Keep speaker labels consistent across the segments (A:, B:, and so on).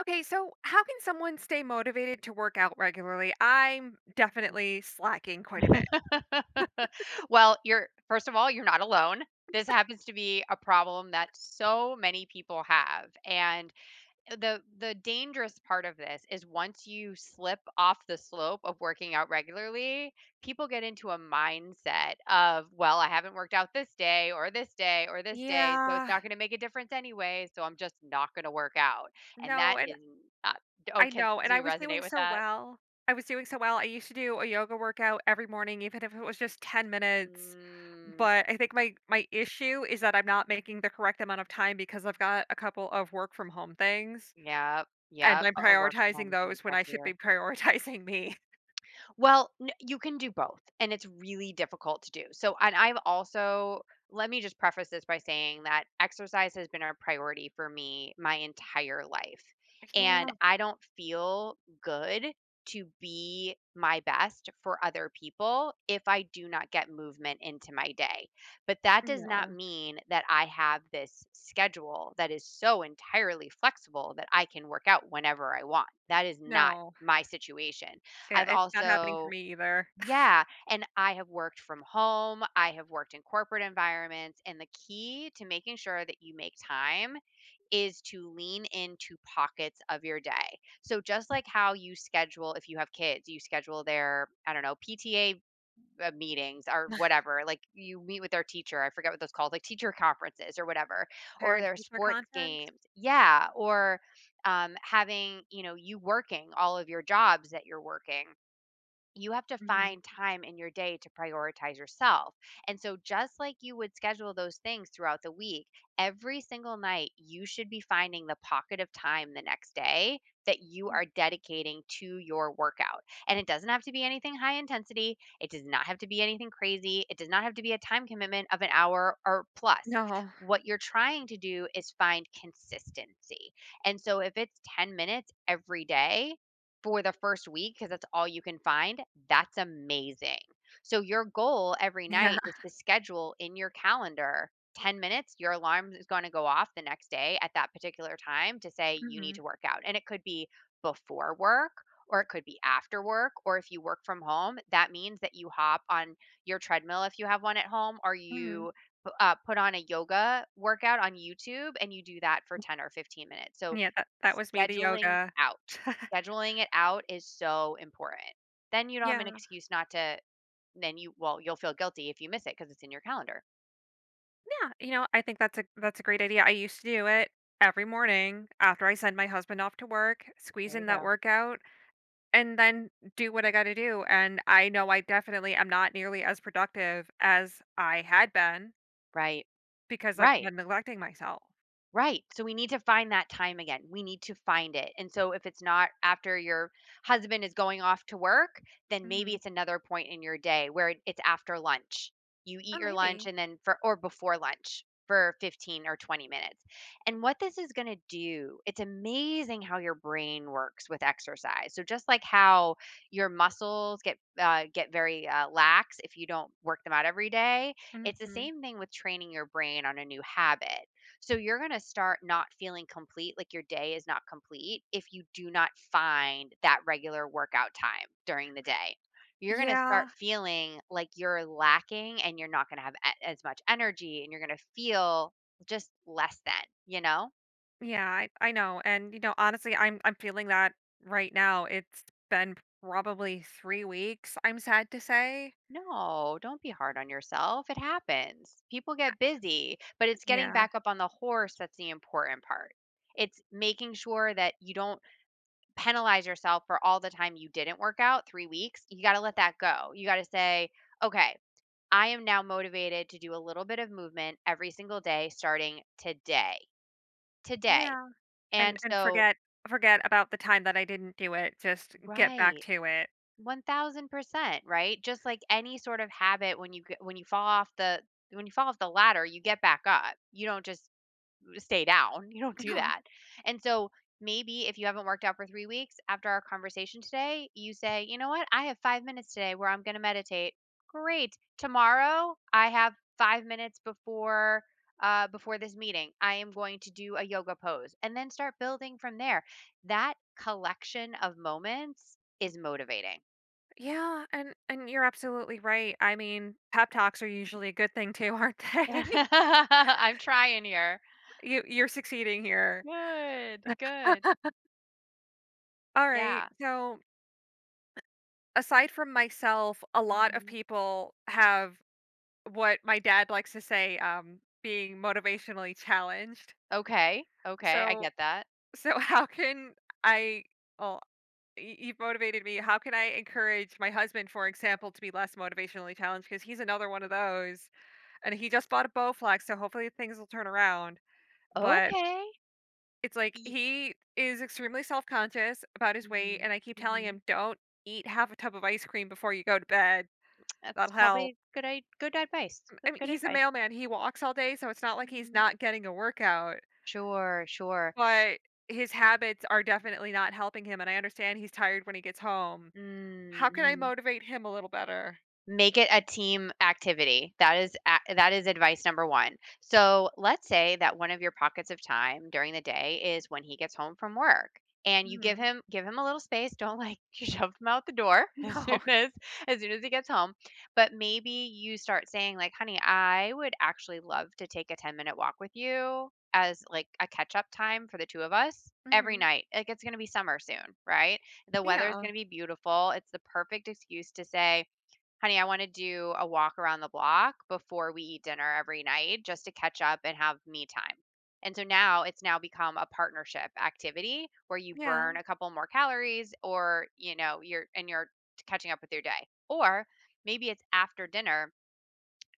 A: Okay, so how can someone stay motivated to work out regularly? I'm definitely slacking quite a bit.
B: Well, you're first of all, you're not alone. This happens to be a problem that so many people have, and the dangerous part of this is once you slip off the slope of working out regularly, people get into a mindset of, well, I haven't worked out this day or this day or this day, so it's
A: Yeah,
B: not going to make a difference anyway, so I'm just not going to work out. And that
A: no, and
B: is not oh,
A: I
B: Can
A: know, and
B: do
A: I
B: you
A: was
B: resonate
A: doing
B: with
A: so
B: that?
A: well. I was doing so well. I used to do a yoga workout every morning, even if it was just 10 minutes.
B: Mm,
A: But I think my issue is that I'm not making the correct amount of time because I've got a couple of work from home things
B: yeah,
A: and
B: yep.
A: I'm
B: Oh, work from home
A: prioritizing
B: is even
A: those when I should be
B: trickier.
A: prioritizing me.
B: Well, n you can do both, and it's really difficult to do. So and I've also Let me just preface this by saying that exercise has been a priority for me my entire life. And I don't feel good to be my best for other people if I do not get movement into my day. But that
A: Yeah,
B: does not
A: no,
B: mean that I have this schedule that is so entirely flexible that I can work out whenever I want. That is not
A: no.
B: my situation.
A: Yeah,
B: I've
A: it's not happening for
B: also
A: me either.
B: yeah, and I have worked from home, I have worked in corporate environments, and the key to making sure that you make time is to lean into pockets of your day. So just like how you schedule if you have kids, you schedule their, I don't know, PTA meetings or whatever, like you meet with their teacher, I forget what those called, like teacher conferences or whatever, or their
A: Parent-teacher
B: sports
A: conference?
B: games. Yeah, or having, you working all of your jobs that you're working, you have to
A: Mhm.
B: find time in your day to prioritize yourself. And so, just like you would schedule those things throughout the week, every single night you should be finding the pocket of time the next day that you
A: Mm.
B: are dedicating to your workout. And it doesn't have to be anything high intensity, it does not have to be anything crazy, it does not have to be a time commitment of an hour or plus.
A: No.
B: What you're trying to do is find consistency. And so, if it's 10 minutes every day, for the first week, because that's all you can find, that's amazing. So your goal every
A: Yeah.
B: night is to schedule in your calendar 10 minutes, your alarm is gonna go off the next day at that particular time to say you need
A: Mhm.
B: to work out. And it could be before work or it could be after work, or if you work from home, that means that you hop on your treadmill if you have one at home, or
A: Mhm.
B: you p put on a yoga workout on YouTube and you do that for 10 or 15 minutes.
A: Yeah, that was me, the
B: Scheduling
A: yoga.
B: out. Scheduling it out is so important. Then you don't have an
A: Yeah.
B: excuse not to then you well, You'll feel guilty if you miss it because it's in your calendar.
A: Yeah, you know, I think that's a great idea. I used to do it every morning after I send my husband off to work, squeeze
B: There you
A: in that
B: go.
A: workout, and then do what I gotta do, and I know I definitely am not nearly as productive as I had been
B: Right.
A: because I've
B: Right.
A: been neglecting myself.
B: Right. So we need to find that time again. We need to find it. And so if it's not after your husband is going off to work, then maybe
A: Mhm.
B: it's another point in your day where it's after lunch. You
A: Oh,
B: eat your lunch
A: maybe.
B: and then for or before lunch for 15 or 20 minutes. And what this is going to do, it's amazing how your brain works with exercise. So just like how your muscles get very lax if you don't work them out every day, it's the
A: Mhm.
B: same thing with training your brain on a new habit, so you're going to start not feeling complete, like your day is not complete if you do not find that regular workout time during the day. You're going to start
A: Yeah.
B: feeling like you're lacking and you're not going to have as much energy and you're going to feel just less than, you know?
A: Yeah, I know, and, you know, honestly, I'm feeling that right now. It's been probably 3 weeks, I'm sad to say.
B: No, don't be hard on yourself. It happens. People get busy, but it's getting
A: Yeah.
B: back up on the horse that's the important part. It's making sure that you don't penalize yourself for all the time you didn't work out, 3 weeks, you gotta let that go. You gotta say, "Okay, I am now motivated to do a little bit of movement every single day starting today, today."
A: Yeah, and
B: And
A: and
B: so
A: forget forget about the time that I didn't do it, just get back
B: right,
A: to it.
B: 1000%, right? Just like any sort of habit when you get when you fall off the when you fall off the ladder, you get back up. You don't just stay down. You don't do
A: No.
B: that. And so maybe if you haven't worked out for 3 weeks after our conversation today, you say, you know what? I have 5 minutes today where I'm going to meditate. Great. Tomorrow I have 5 minutes before before this meeting. I am going to do a yoga pose and then start building from there. That collection of moments is motivating.
A: Yeah, and you're absolutely right. I mean, pep talks are usually a good thing too, aren't they?
B: I'm trying here.
A: You're succeeding here.
B: Good, good.
A: Alright,
B: Yeah.
A: so aside from myself, a lot of
B: Hmm.
A: people have what my dad likes to say, being motivationally challenged.
B: Okay, okay. I
A: So
B: get that.
A: so how can I, well, y you've motivated me, how can I encourage my husband, for example, to be less motivationally challenged? Because he's another one of those, and he just bought a Bowflex, so hopefully things will turn around, but
B: Okay.
A: it's like
B: Ye
A: he is extremely self-conscious about his weight,
B: Mhm,
A: and I keep telling
B: mhm.
A: him, "Don't eat half a tub of ice cream before you go to bed.
B: That's
A: That'll help."
B: probably good advice.
A: I
B: That's
A: mean,
B: good
A: he's a
B: advice.
A: mailman, he walks all day, so it's not like he's
B: Mhm.
A: not getting a workout.
B: Sure, sure.
A: But his habits are definitely not helping him, and I understand he's tired when he gets home.
B: Mm,
A: How can I
B: mhm.
A: motivate him a little better?
B: Make it a team activity. That is advice number 1. So, let's say that one of your pockets of time during the day is when he gets home from work, and you
A: Mhm.
B: give him a little space, don't, like, shove him out the door
A: No.
B: as soon as he gets home, but maybe you start saying, like, "Honey, I would actually love to take a ten-minute walk with you as, like, a catch-up time for the 2 of us every
A: Mhm.
B: night." Like, it's gonna be summer soon, right? The weather is
A: Yeah.
B: gonna be beautiful. It's the perfect excuse to say honey, I want to do a walk around the block before we eat dinner every night just to catch up and have me time. And so now become a partnership activity where you
A: Yeah.
B: burn a couple more calories or, you know, you're catching up with your day. Or maybe it's after dinner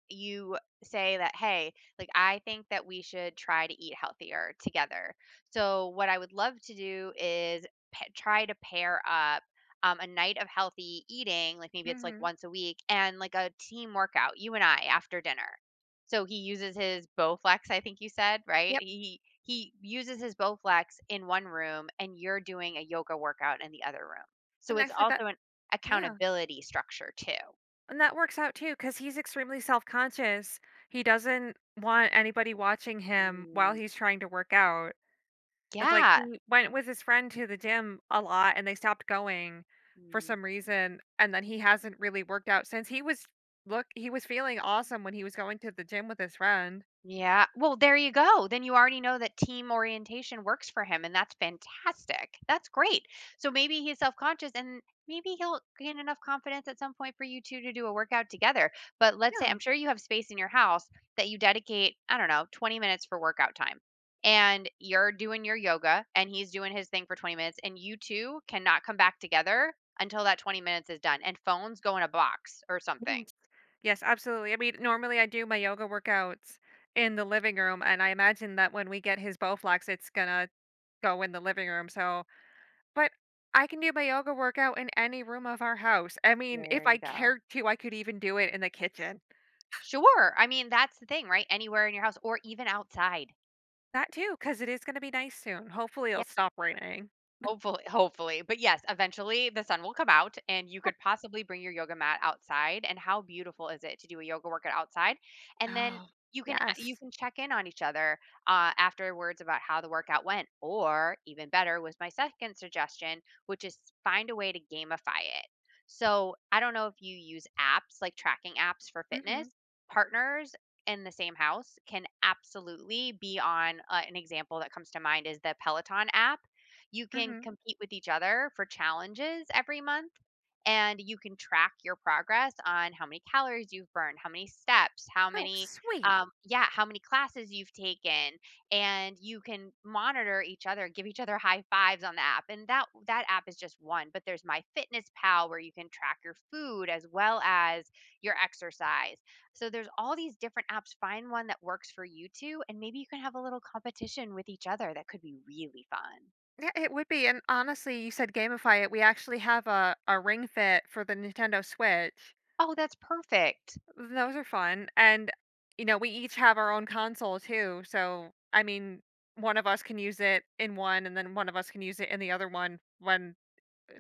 B: you say that, "Hey, like, I think that we should try to eat healthier together." So, what I would love to do is try to pair up a night of healthy eating, like maybe it's like
A: Mhm.
B: once a week, and like a team workout, you and I after dinner. So he uses his Bowflex, I think you said, right?
A: Yep,
B: He uses his Bowflex in one room, and you're doing a yoga workout in the other room. So
A: and
B: it's
A: actually that,
B: also an
A: yeah,
B: accountability structure too.
A: and that works out too because he's extremely self-conscious. He doesn't want anybody watching him while
B: Mm,
A: he's trying to work out. It's like
B: yeah.
A: he went with his friend to the gym a lot and they stopped going for
B: Mm.
A: some reason, and then he hasn't really worked out since. He was, look, he was feeling awesome when he was going to the gym with his friend.
B: Yeah. Well, there you go. Then you already know that team orientation works for him, and that's fantastic. That's great. So maybe he's self conscious and maybe he'll gain enough confidence at some point for you two to do a workout together. But let's say I'm
A: Yeah.
B: sure you have space in your house that you dedicate, I don't know, 20 minutes for workout time. And you're doing your yoga and he's doing his thing for 20 minutes, and you two cannot come back together until that 20 minutes is done. And phones go in a box or something.
A: Mhm. Yes, absolutely. I mean, normally I do my yoga workouts in the living room, and I imagine that when we get his Bowflex, it's gonna go in the living room. So, but I can do my yoga workout in any room of our house. I mean,
B: There
A: if I
B: you go.
A: cared to, I could even do it in the kitchen.
B: Sure. I mean, that's the thing, right? Anywhere in your house or even outside.
A: That too, because 'cause it is gonna be nice soon. Hopefully, it'll stop raining.
B: Hopefully, hopefully. But yes, eventually the sun will come out and you could possibly bring your yoga mat outside. And how beautiful is it to do a yoga workout outside? And then
A: Oh.
B: you
A: Yes.
B: can check in on each other afterwards about how the workout went or even better was my second suggestion, which is find a way to gamify it. So I don't know if you use apps like tracking apps for fitness
A: Mhm.
B: partners in the same house can absolutely be on an example that comes to mind is the Peloton app. You can
A: Mhm.
B: compete with each other for challenges every month, and you can track your progress on how many calories you've burned, how many steps, how
A: Oh,
B: many
A: sweet.
B: yeah, how many classes you've taken, and you can monitor each other, give each other high fives on the app. And that app is just one, but there's My Fitness Pal where you can track your food as well as your exercise. So there's all these different apps. Find one that works for you two, and maybe you can have a little competition with each other. That could be really fun.
A: Yeah, it would be, and honestly, you said gamify it. We actually have a Ring Fit for the Nintendo Switch.
B: Oh, that's perfect.
A: Those are fun, and, you know, we each have our own console too, so, I mean, one of us can use it in one, and then one of us can use it in the other one when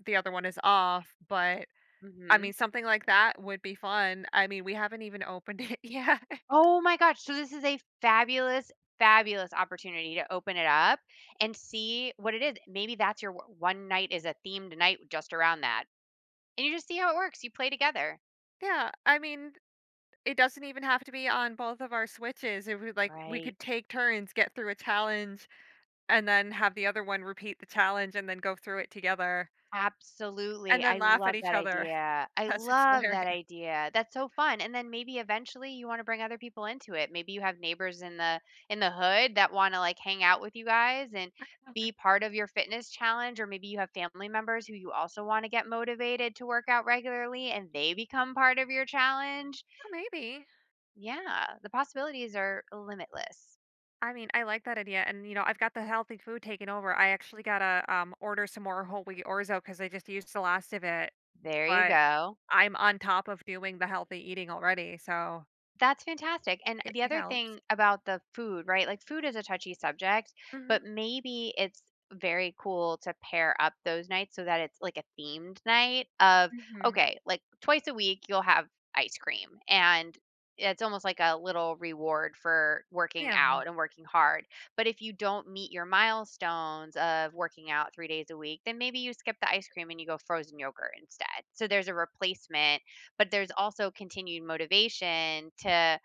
A: the other one is off, but, I mean,
B: Mhm.
A: something like that would be fun. I mean, we haven't even opened it yet.
B: Oh my gosh, so this is a fabulous, fabulous opportunity to open it up and see what it is. Maybe that's your one night is a themed night just around that, and you just see how it works, you play together.
A: Yeah, I mean, it doesn't even have to be on both of our switches. It would, like, we
B: Right.
A: could take turns, get through a challenge, and then have the other one repeat the challenge and then go through it together
B: Absolutely.
A: and
B: I
A: then laugh at
B: love
A: each
B: that
A: other
B: idea. I
A: because it's
B: love
A: hilarious.
B: that idea. That's so fun. And then maybe eventually you want to bring other people into it. Maybe you have neighbors in the hood that want to, like, hang out with you guys and be part of your fitness challenge, or maybe you have family members who you also want to get motivated to work out regularly and they become part of your challenge.
A: Oh, maybe.
B: Yeah, the possibilities are limitless.
A: I mean, I like that idea. And you know, I've got the healthy food taken over. I actually gotta order some more whole wheat orzo because I just used the last of it.
B: There you
A: But
B: go.
A: I'm on top of doing the healthy eating already, so
B: That's fantastic. And
A: it,
B: the
A: it
B: other
A: helps.
B: thing about the food, right, like, food is a touchy subject, but
A: Hmm.
B: maybe it's very cool to pair up those nights so that it's, like, a themed night of,
A: Hmm.
B: okay, like, twice a week, you'll have ice cream, and it's almost like a little reward for working
A: Yeah.
B: out and working hard. But if you don't meet your milestones of working out 3 days a week, then maybe you skip the ice cream and you go frozen yogurt instead. So there's a replacement, but there's also continued motivation to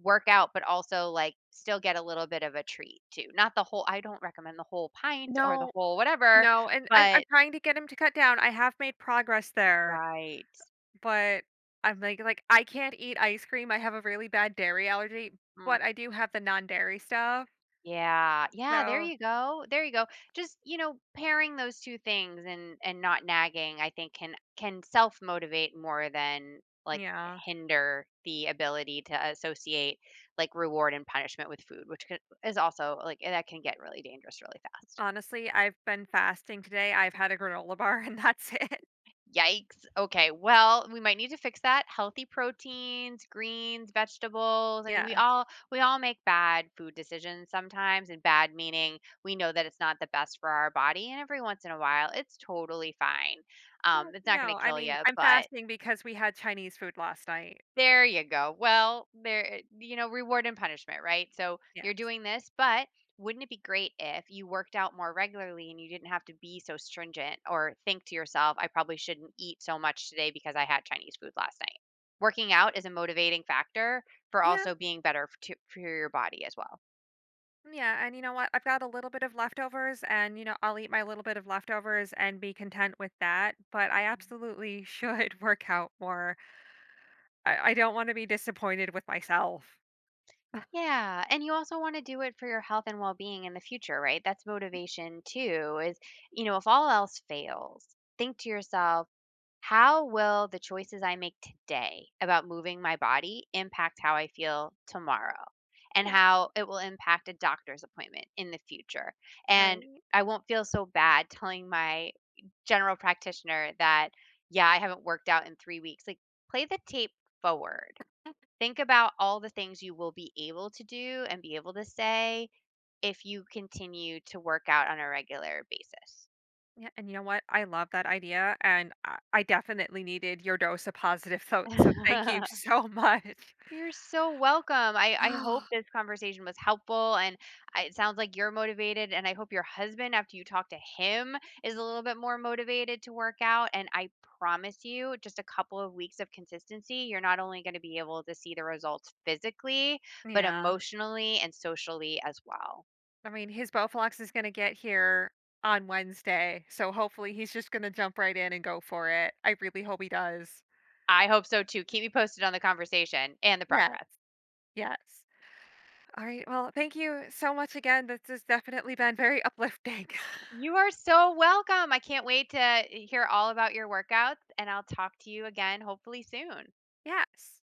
B: work out, but also, like, still get a little bit of a treat too. Not the whole I don't recommend the whole pint or the
A: No,
B: whole whatever,
A: no, and I'm
B: but
A: trying to get him to cut down. I have made progress there,
B: right.
A: but I'm like, I can't eat ice cream. I have a really bad dairy allergy,
B: Mm,
A: but I do have the non-dairy stuff.
B: yeah, yeah, there
A: So,
B: you go, there you go. Just pairing those 2 things, and not nagging, I think, can self-motivate more than, like,
A: yeah.
B: hinder the ability to associate, like, reward and punishment with food, which could is also, like, that can get really dangerous really fast.
A: Honestly, I've been fasting today. I've had a granola bar and that's it.
B: Yikes. Okay. Well, we might need to fix that. Healthy proteins, greens, vegetables. I mean, we
A: Yes.
B: all we all make bad food decisions sometimes, and bad meaning we know that it's not the best for our body, and every once in a while it's totally fine.
A: Mm,
B: It's not going
A: no,
B: to
A: I
B: kill
A: mean,
B: you,
A: I'm
B: but
A: fasting because we had Chinese food last night.
B: there you go. Well, there reward and punishment, right? So
A: Yeah.
B: you're doing this, but wouldn't it be great if you worked out more regularly and you didn't have to be so stringent or think to yourself, I probably shouldn't eat so much today because I had Chinese food last night? Working out is a motivating factor for
A: Yeah,
B: also being better for your body as well.
A: yeah, and you know what? I've got a little bit of leftovers, and you know, I'll eat my little bit of leftovers and be content with that. But I
B: Mhm.
A: absolutely should work out more. I don't want to be disappointed with myself.
B: Yeah, and you also want to do it for your health and well-being in the future, right? That's motivation too, is if all else fails, think to yourself, how will the choices I make today about moving my body impact how I feel tomorrow and
A: Yeah,
B: how it will impact a doctor's appointment in the future? And
A: right.
B: I won't feel so bad telling my general practitioner that, yeah, I haven't worked out in 3 weeks. Like, play the tape forward. Think about all the things you will be able to do and be able to say if you continue to work out on a regular basis.
A: Yeah, and you know what? I love that idea, and I definitely needed your dose of positive. So thank you so much.
B: You're so welcome. I hope this conversation was helpful, and it sounds like you're motivated. And I hope your husband, after you talk to him, is a little bit more motivated to work out. And I promise you, just a couple of weeks of consistency, you're not only going to be able to see the results physically, but
A: Yeah,
B: emotionally and socially as well.
A: I mean, his Bowflex is going to get here on Wednesday, so hopefully he's just going to jump right in and go for it. I really hope he does.
B: I hope so too. Keep me posted on the conversation and the
A: Yes,
B: progress.
A: yes. All right. Well, thank you so much again. This has definitely been very uplifting.
B: You are so welcome. I can't wait to hear all about your workouts, and I'll talk to you again hopefully soon.
A: Yes.